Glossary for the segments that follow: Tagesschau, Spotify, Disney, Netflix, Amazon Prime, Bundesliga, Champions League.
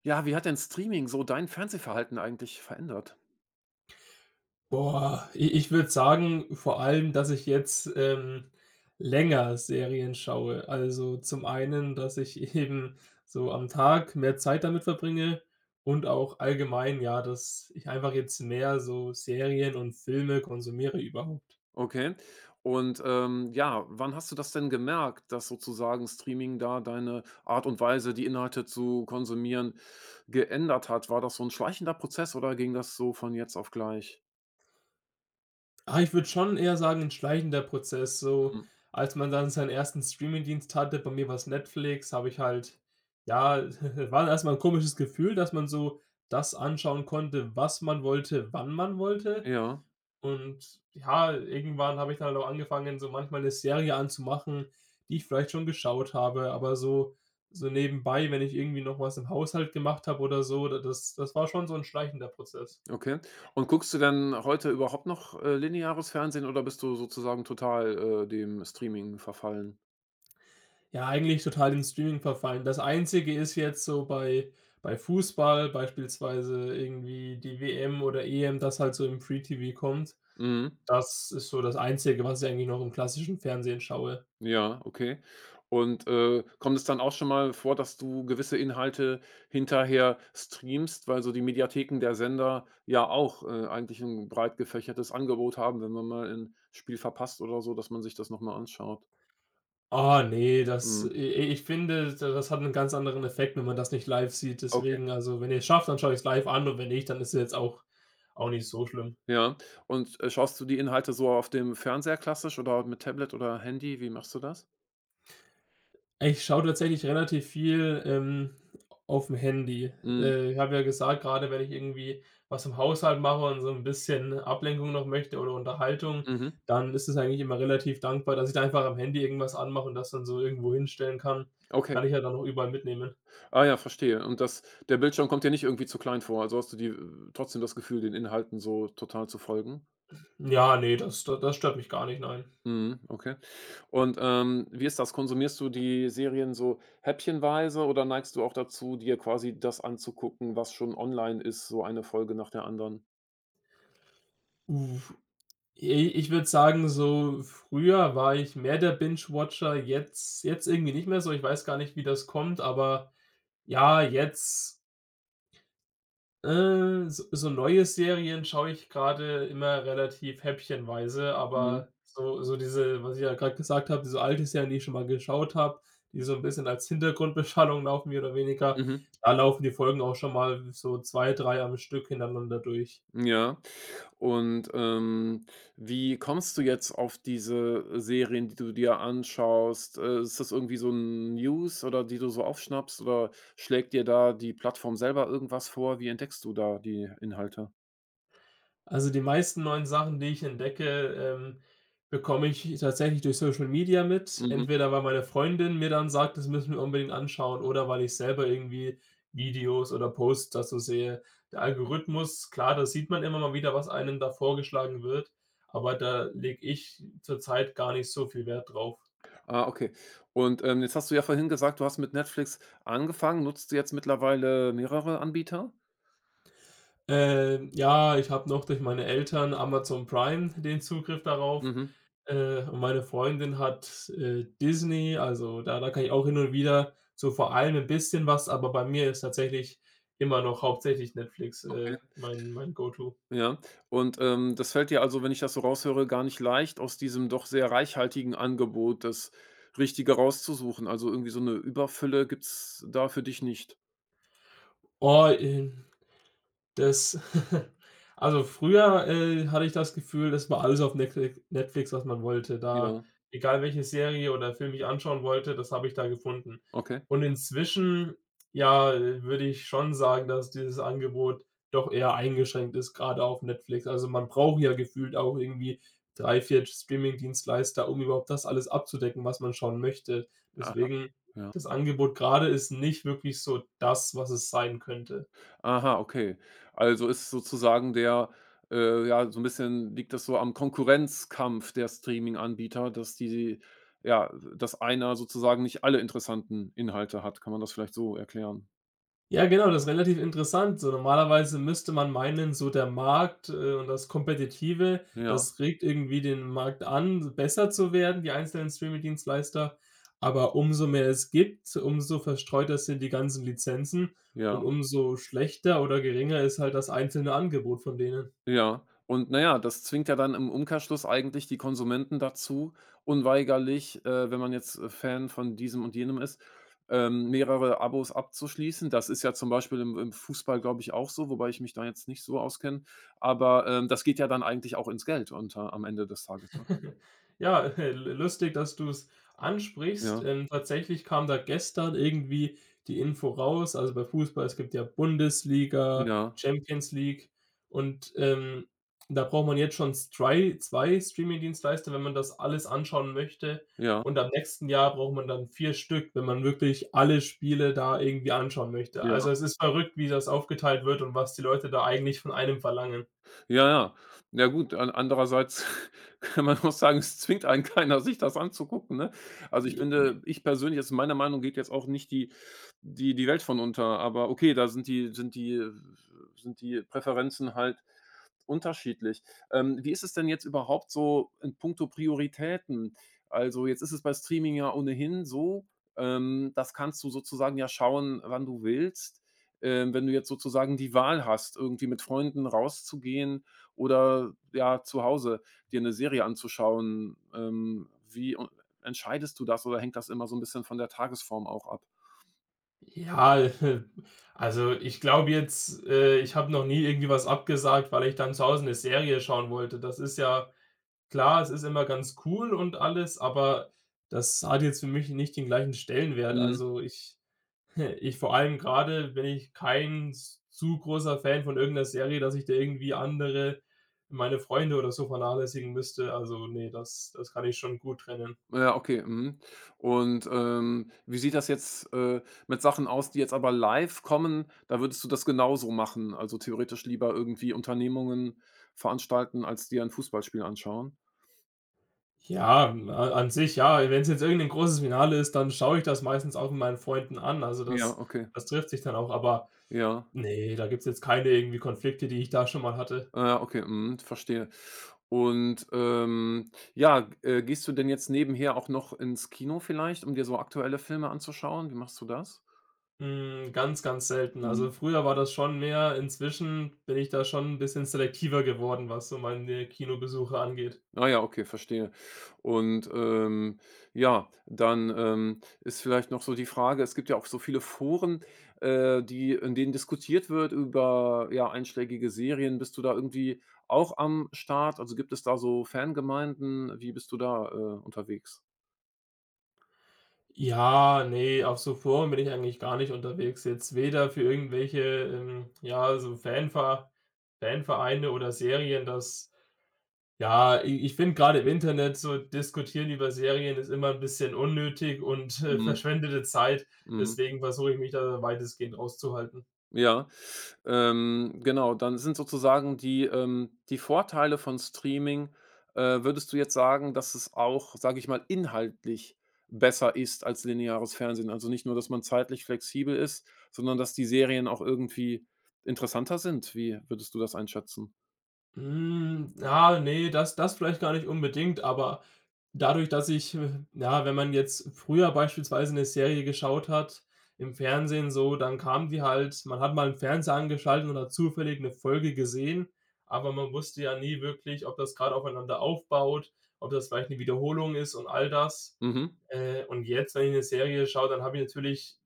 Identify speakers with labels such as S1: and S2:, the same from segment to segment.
S1: Ja, wie hat denn Streaming so dein Fernsehverhalten eigentlich verändert?
S2: Boah, i ich würde sagen, vor allem, dass ich jetzt, länger Serien schaue. Also, zum einen, dass ich eben so am Tag mehr Zeit damit verbringe und auch allgemein, ja, dass ich einfach jetzt mehr so Serien und Filme konsumiere überhaupt.
S1: Okay. Und, ja, wann hast du das denn gemerkt, dass sozusagen Streaming da deine Art und Weise, die Inhalte zu konsumieren, geändert hat? War das so ein schleichender Prozess oder ging das so von jetzt auf gleich?
S2: Ah, ich würde schon eher sagen, ein schleichender Prozess, so
S1: Hm,
S2: als man dann seinen ersten Streamingdienst hatte, bei mir war's Netflix, habe ich halt ja, war erst mal 'n komisches Gefühl, dass man so das anschauen konnte, was man wollte, wann man wollte.
S1: ja,
S2: Und ja, irgendwann habe ich dann halt auch angefangen, so manchmal eine Serie anzumachen, die ich vielleicht schon geschaut habe, aber so so nebenbei, wenn ich irgendwie noch was im Haushalt gemacht habe oder so, da das das war schon so ein schleichender Prozess.
S1: okay. Und guckst du denn heute überhaupt noch, lineares Fernsehen oder bist du sozusagen total, dem Streaming verfallen?
S2: Ja, eigentlich total in Streaming verfallen. Das Einzige ist jetzt so bei Fußball beispielsweise irgendwie die WM oder EM, das halt so im Free-TV kommt.
S1: Mhm.
S2: Das ist so das Einzige, was ich eigentlich noch im klassischen Fernsehen schaue.
S1: Ja, okay. Und, kommt es dann auch schon mal vor, dass du gewisse Inhalte hinterher streamst, weil so die Mediatheken der Sender ja auch, eigentlich ein breit gefächertes Angebot haben, wenn man mal ein Spiel verpasst oder so, dass man sich das noch mal anschaut?
S2: Ah, ne, das
S1: Mhm,
S2: i i ich finde, da das hat 'nen ganz anderen Effekt, wenn man das nicht live sieht.
S1: okay,
S2: Deswegen, also, wenn ihr's schafft, dann schaue ich's live an und wenn nicht, dann ist ja jetzt auch nicht so schlimm.
S1: ja. Und, schaust du die Inhalte so auf dem Fernseher klassisch oder mit Tablet oder Handy? Wie machst du das?
S2: Ich schaue tatsächlich relativ viel, auf dem Handy.
S1: Mhm,
S2: Ich habe ja gesagt, gerade wenn ich irgendwie was im Haushalt mache und so ein bisschen Ablenkung noch möchte oder Unterhaltung,
S1: mhm.
S2: dann ist es eigentlich immer relativ dankbar, dass ich da einfach am Handy irgendwas anmache und das dann so irgendwo hinstellen kann.
S1: Okay.
S2: Kann ich ja dann auch überall mitnehmen.
S1: Ah ja, verstehe. Und das der Bildschirm kommt dir nicht irgendwie zu klein vor? Also, hast du die trotzdem das Gefühl, den Inhalten so total zu folgen?
S2: Ja, nee, das stört mich gar nicht, nein.
S1: Mhm, okay. Und, wie ist das? Konsumierst du die Serien so häppchenweise oder neigst du auch dazu, dir quasi das anzugucken, was schon online ist, so eine Folge nach der anderen?
S2: Uff, i ich würde sagen, so früher war ich mehr der Binge-Watcher, jetzt irgendwie nicht mehr so. Ich weiß gar nicht, wie das kommt, aber ja, jetzt so so neue Serien schaue ich gerade immer relativ häppchenweise,
S1: Mhm.
S2: aber so so diese, was ich ja gerade gesagt habe, diese alte Serien, die ich schon mal geschaut habe, die so ein bisschen als Hintergrundbeschallung laufen, mehr oder weniger,
S1: Mhm.
S2: da laufen die Folgen auch schon mal so 2, 3 am Stück hintereinander durch.
S1: Ja. Und, wie kommst du jetzt auf diese Serien, die du dir anschaust? Ist das irgendwie so 'n News oder die du so aufschnappst oder schlägt dir da die Plattform selber irgendwas vor? Wie entdeckst du da die Inhalte?
S2: Also, die meisten neuen Sachen, die ich entdecke, ähm, bekomme ich tatsächlich durch Social Media mit.
S1: Mhm.
S2: Entweder weil meine Freundin mir dann sagt: „Das müssen wir unbedingt anschauen“, oder weil ich selber irgendwie Videos oder Posts dazu sehe. Der Algorithmus, klar, da sieht man immer mal wieder, was einem da vorgeschlagen wird, aber da lege ich zurzeit gar nicht so viel Wert drauf.
S1: Ah, okay. Und, jetzt hast du ja vorhin gesagt, du hast mit Netflix angefangen. Nutzt du jetzt mittlerweile mehrere Anbieter?
S2: Ja, ich habe noch durch meine Eltern Amazon Prime den Zugriff darauf.
S1: Mhm.
S2: Und meine Freundin hat, Disney, also da kann ich auch hin und wieder so vor allem ein bisschen was, aber bei mir ist tatsächlich immer noch hauptsächlich Netflix,
S1: Okay.
S2: mein Go-to.
S1: Ja. Und, das fällt dir also, wenn ich das so raushöre, gar nicht leicht, aus diesem doch sehr reichhaltigen Angebot das Richtige rauszusuchen. Also, irgendwie so eine Überfülle gibt's da für dich nicht?
S2: Oh, das also früher, hatte ich das Gefühl, das war alles auf Netflix, was man wollte. Da
S1: Ja.
S2: egal welche Serie oder Film ich anschauen wollte, das habe ich da gefunden.
S1: Okay.
S2: Und inzwischen, ja, würde ich schon sagen, dass dieses Angebot doch eher eingeschränkt ist, gerade auf Netflix. Also, man braucht ja gefühlt auch irgendwie drei, vier Streaming-Dienstleister, um überhaupt das alles abzudecken, was man schauen möchte.
S1: Aha,
S2: Deswegen,
S1: ja.
S2: das Angebot gerade ist nicht wirklich so das, was es sein könnte.
S1: Aha, okay. Also, ist sozusagen der ja, so ein bisschen liegt das so am Konkurrenzkampf der Streaming-Anbieter, dass die ja, dass einer sozusagen nicht alle interessanten Inhalte hat. Kann man das vielleicht so erklären?
S2: Ja, genau, das ist relativ interessant. So normalerweise müsste man meinen, so der Markt, und das Kompetitive,
S1: Ja,
S2: das regt irgendwie den Markt an, besser zu werden, die einzelnen Streaming-Dienstleister. Aber umso mehr es gibt, umso verstreuter sind die ganzen Lizenzen
S1: ja.
S2: und umso schlechter oder geringer ist halt das einzelne Angebot von denen.
S1: Ja, und na ja, das zwingt ja dann im Umkehrschluss eigentlich die Konsumenten dazu, unweigerlich, wenn man jetzt, Fan von diesem und jenem ist, mehrere Abos abzuschließen. Das ist ja zum Beispiel im Fußball, glaube ich, auch so, wobei ich mich da jetzt nicht so auskenne. Aber, das geht ja dann eigentlich auch ins Geld unter am Ende des Tages, ne?
S2: Ja, lustig, dass du es ansprichst.
S1: Ja,
S2: Tatsächlich kam da gestern irgendwie die Info raus, also bei Fußball, es gibt ja Bundesliga,
S1: ja,
S2: Champions League und, da braucht man jetzt schon zwei 2 Streamingdienstleister, wenn man das alles anschauen möchte
S1: ja,
S2: und am nächsten Jahr braucht man dann 4 Stück, wenn man wirklich alle Spiele da irgendwie anschauen möchte.
S1: ja.
S2: Also, es ist verrückt, wie das aufgeteilt wird und was die Leute da eigentlich von einem verlangen.
S1: Ja, ja. Ja gut, an andererseits kann man auch sagen, es zwingt einen keiner, sich das anzugucken, ne? Also, ich finde ich persönlich jetzt meiner Meinung geht jetzt auch nicht die Welt von unter, aber okay, da sind die Präferenzen halt unterschiedlich. Wie ist es denn jetzt überhaupt so in puncto Prioritäten? Also, jetzt ist es bei Streaming ja ohnehin so, das kannst du sozusagen ja schauen, wann du willst. Wenn du jetzt sozusagen die Wahl hast, irgendwie mit Freunden rauszugehen oder, ja, zu Hause dir eine Serie anzuschauen, wie u entscheidest du das oder hängt das immer so ein bisschen von der Tagesform auch ab?
S2: Ja, also ich glaube jetzt, ich habe noch nie irgendwie was abgesagt, weil ich dann zu Hause eine Serie schauen wollte. Das ist ja klar, es ist immer ganz cool und alles, aber das hat jetzt für mich nicht den gleichen Stellenwert.
S1: Mhm.
S2: Also, ich ich vor allem gerade, bin ich kein s zu großer Fan von irgendeiner Serie, dass ich da irgendwie andere meine Freunde oder so vernachlässigen müsste. Also, nee, das kann ich schon gut trennen.
S1: Ja, okay, mhm. Und, wie sieht das jetzt, mit Sachen aus, die jetzt aber live kommen? Da würdest du das genauso machen, also theoretisch lieber irgendwie Unternehmungen veranstalten, als dir ein Fußballspiel anschauen?
S2: Ja, a an sich ja. Wenn es jetzt irgendein großes Finale ist, dann schaue ich das meistens auch mit meinen Freunden an. Also,
S1: Ja. Ja,
S2: das
S1: okay,
S2: das trifft sich dann auch, aber
S1: ja.
S2: nee, da gibt's jetzt keine irgendwie Konflikte, die ich da schon mal hatte.
S1: Ah ja, okay, mhm, verstehe. Und, ja, gehst du denn jetzt nebenher auch noch ins Kino vielleicht, um dir so aktuelle Filme anzuschauen? Wie machst du das?
S2: Hm, ganz, ganz selten. Also,
S1: Mhm.
S2: früher war das schon mehr. Inzwischen bin ich da schon ein bisschen selektiver geworden, was so meine Kinobesuche angeht.
S1: Ah ja, okay, verstehe. Und, ja, dann, ist vielleicht noch so die Frage es gibt ja auch so viele Foren, die in denen diskutiert wird über, ja, einschlägige Serien. Bist du da irgendwie auch am Start? Also, gibt es da so Fangemeinden? Wie bist du da, unterwegs?
S2: Ja, nee, auf so Foren bin ich eigentlich gar nicht unterwegs jetzt, weder für irgendwelche, ja, so Fanvereine oder Serien, das Ja, i ich finde gerade im Internet so diskutieren über Serien ist immer ein bisschen unnötig und,
S1: Mhm.
S2: verschwendete Zeit.
S1: Mhm.
S2: Deswegen versuche ich mich da weitestgehend rauszuhalten.
S1: Ja, genau, dann sind sozusagen die die Vorteile von Streaming würdest du jetzt sagen, dass es auch, sage ich mal, inhaltlich besser ist als lineares Fernsehen? Also, nicht nur, dass man zeitlich flexibel ist, sondern dass die Serien auch irgendwie interessanter sind? Wie würdest du das einschätzen?
S2: Hm, ja, ne, das vielleicht gar nicht unbedingt, aber dadurch, dass ich ja, wenn man jetzt früher beispielsweise eine Serie geschaut hat im Fernsehen so, dann kam die halt man hat mal 'n Fernseher angeschaltet und hat zufällig eine Folge gesehen, aber man wusste ja nie wirklich, ob das gerade aufeinander aufbaut, ob das vielleicht eine Wiederholung ist und all das.
S1: Mhm.
S2: Und jetzt, wenn ich eine Serie schaue, dann habe ich natürlich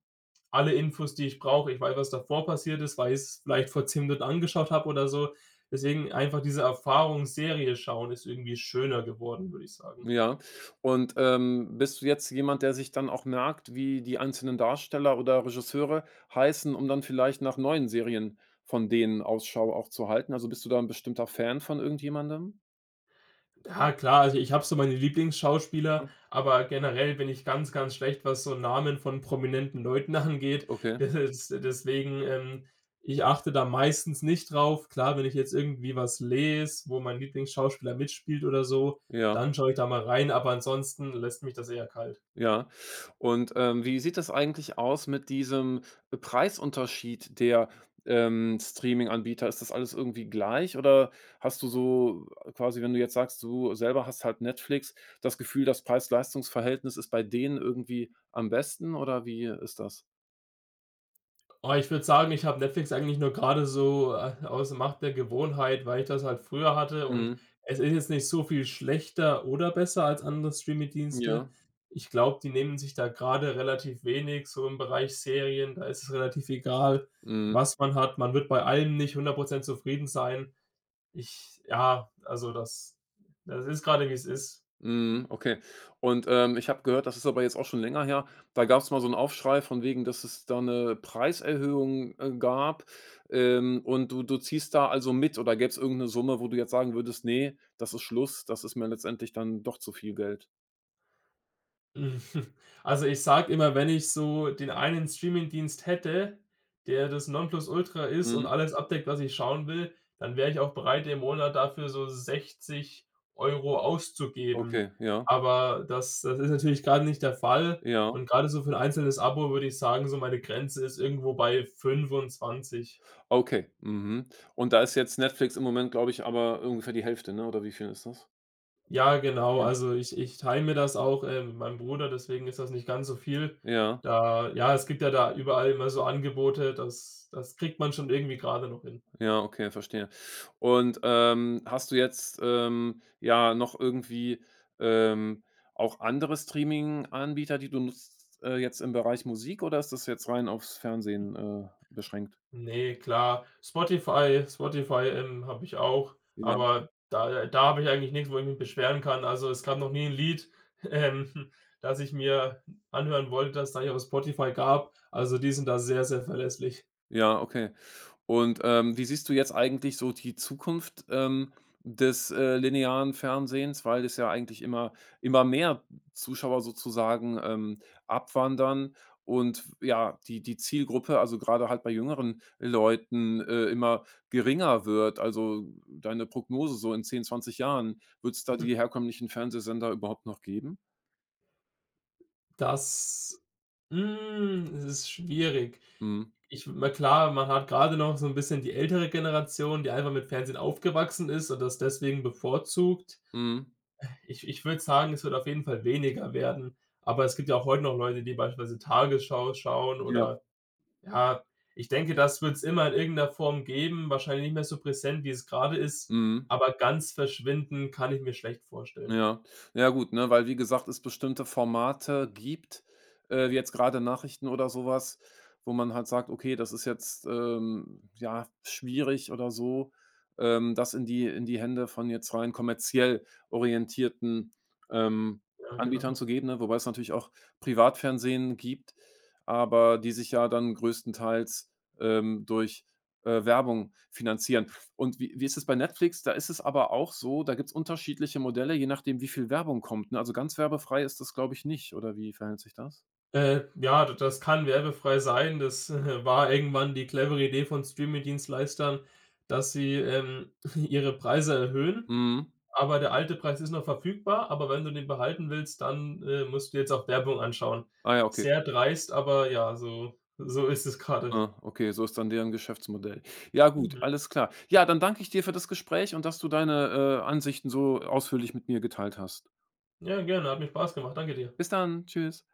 S2: alle Infos, die ich brauche. Ich weiß, was davor passiert ist, weil ich's vielleicht vor 10 Minuten angeschaut habe oder so. Deswegen einfach diese Erfahrungsserie schauen ist irgendwie schöner geworden, würde ich sagen.
S1: Ja. Und, bist du jetzt jemand, der sich dann auch merkt, wie die einzelnen Darsteller oder Regisseure heißen, um dann vielleicht nach neuen Serien von denen Ausschau auch zu halten? Also, bist du da 'n bestimmter Fan von irgendjemandem?
S2: Ja klar, also ich habe so meine Lieblingsschauspieler,
S1: Mhm,
S2: aber generell bin ich ganz, ganz schlecht, was so Namen von prominenten Leuten angeht.
S1: okay,
S2: Das ist, deswegen, ich achte da meistens nicht drauf. Klar, wenn ich jetzt irgendwie was lese, wo mein Lieblingsschauspieler mitspielt oder so,
S1: ja.
S2: dann schaue ich da mal rein, aber ansonsten lässt mich das eher kalt.
S1: Ja. Und, wie sieht das eigentlich aus mit diesem Preisunterschied der, Streaminganbieter? Ist das alles irgendwie gleich oder hast du so quasi, wenn du jetzt sagst, du selber hast halt Netflix, das Gefühl, das Preis-Leistungs-Verhältnis ist bei denen irgendwie am besten oder wie ist das?
S2: Oh, ich würde sagen, ich habe Netflix eigentlich nur gerade so, aus Macht der Gewohnheit, weil ich das halt früher hatte und
S1: Mhm.
S2: es ist jetzt nicht so viel schlechter oder besser als andere
S1: Ja.
S2: Streaming-Dienste. Ich glaube, die nehmen sich da gerade relativ wenig so im Bereich Serien, da ist es relativ egal,
S1: Mhm.
S2: was man hat. Man wird bei allem nicht 100% zufrieden sein. Ich ja, also das ist gerade wie es ist.
S1: Mhm, okay. Und, ich habe gehört, das ist aber jetzt auch schon länger her, da gab es mal so 'n Aufschrei von wegen, dass es da eine Preiserhöhung, gab, und du ziehst da also mit oder gäb's irgend 'ne Summe, wo du jetzt sagen würdest: nee, das ist Schluss, das ist mir letztendlich dann doch zu viel Geld.“
S2: Hm, also, ich sage immer, wenn ich so den einen Streamingdienst hätte, der das Nonplusultra ist und
S1: Mhm,
S2: alles abdeckt, was ich schauen will, dann wäre ich auch bereit, im Monat dafür so 60 Euro auszugeben.
S1: okay, ja,
S2: Aber das ist natürlich gerade nicht der Fall
S1: ja,
S2: und gerade so für ein einzelnes Abo würde ich sagen, so meine Grenze ist irgendwo bei 25.
S1: okay, mhm. Und da ist jetzt Netflix im Moment, glaube ich, aber ungefähr die Hälfte, ne, oder wie viel ist das?
S2: Ja, genau.
S1: Ja.
S2: Also, ich teile mir das auch, mit meinem Bruder, deswegen ist das nicht ganz so viel.
S1: Ja.
S2: Da ja, es gibt ja da überall immer so Angebote, das kriegt man schon irgendwie gerade noch hin.
S1: Ja, okay, verstehe. Und, hast du jetzt, ja, noch irgendwie, ähm, auch andere Streaming-Anbieter, die du nutzt, jetzt im Bereich Musik oder ist das jetzt rein aufs Fernsehen, beschränkt?
S2: Ne, klar. Spotify, habe ich auch,
S1: Ja.
S2: aber da habe ich eigentlich nichts, wo ich mich beschweren kann. Also, es gab noch nie ein Lied, ähm, das ich mir anhören wollte, das es da nicht auf Spotify gab. Also, die sind da sehr, sehr verlässlich.
S1: Ja, okay. Und, wie siehst du jetzt eigentlich so die Zukunft, des, linearen Fernsehens, weil das ja eigentlich immer mehr Zuschauer sozusagen, abwandern und ja, die Zielgruppe, also gerade halt bei jüngeren Leuten, immer geringer wird? Also, deine Prognose so in 10, 20 Jahren, wird es da die herkömmlichen Fernsehsender überhaupt noch geben?
S2: Das hm, es ist schwierig.
S1: Mhm.
S2: Ich na klar, man hat grade noch so 'n bisschen die ältere Generation, die einfach mit Fernsehen aufgewachsen ist und das deswegen bevorzugt.
S1: Mhm.
S2: Ich würde sagen, es wird auf jeden Fall weniger werden, aber es gibt ja auch heute noch Leute, die beispielsweise Tagesschau schauen
S1: Ja.
S2: oder ja, ich denke, das wird's immer in irgendeiner Form geben, wahrscheinlich nicht mehr so präsent, wie es grade ist,
S1: Mhm.
S2: aber ganz verschwinden kann ich mir schlecht vorstellen.
S1: Ja. Ja gut, ne, weil wie gesagt, es bestimmte Formate gibt, wie jetzt gerade Nachrichten oder sowas, wo man halt sagt: „Okay, das ist jetzt, ja, schwierig oder so, das in die Hände von jetzt rein kommerziell orientierten, ähm,
S2: Ja,
S1: Anbietern
S2: genau.
S1: zu geben“, ne? Wobei es natürlich auch Privatfernsehen gibt, aber die sich ja dann größtenteils, durch, Werbung finanzieren. Und wie ist es bei Netflix? Da ist es aber auch so, da gibt es unterschiedliche Modelle, je nachdem, wie viel Werbung kommt, ne? Also, ganz werbefrei ist das, glaube ich, nicht, oder wie verhält sich das?
S2: Ja, d das kann werbefrei sein. Das war irgendwann die clevere Idee von Streaming-Dienstleistern, dass sie, ihre Preise erhöhen,
S1: Mhm.
S2: aber der alte Preis ist noch verfügbar, aber wenn du den behalten willst, dann, musst du jetzt auch Werbung anschauen.
S1: Ah ja, okay.
S2: Sehr dreist, aber ja, so so ist es gerade.
S1: Ah, okay, so ist dann deren Geschäftsmodell. Ja gut,
S2: Mhm.
S1: alles klar. Ja, dann danke ich dir für das Gespräch und dass du deine, Ansichten so ausführlich mit mir geteilt hast.
S2: Ja, gerne, hat mir Spaß gemacht. Danke dir.
S1: Bis dann. Tschüss.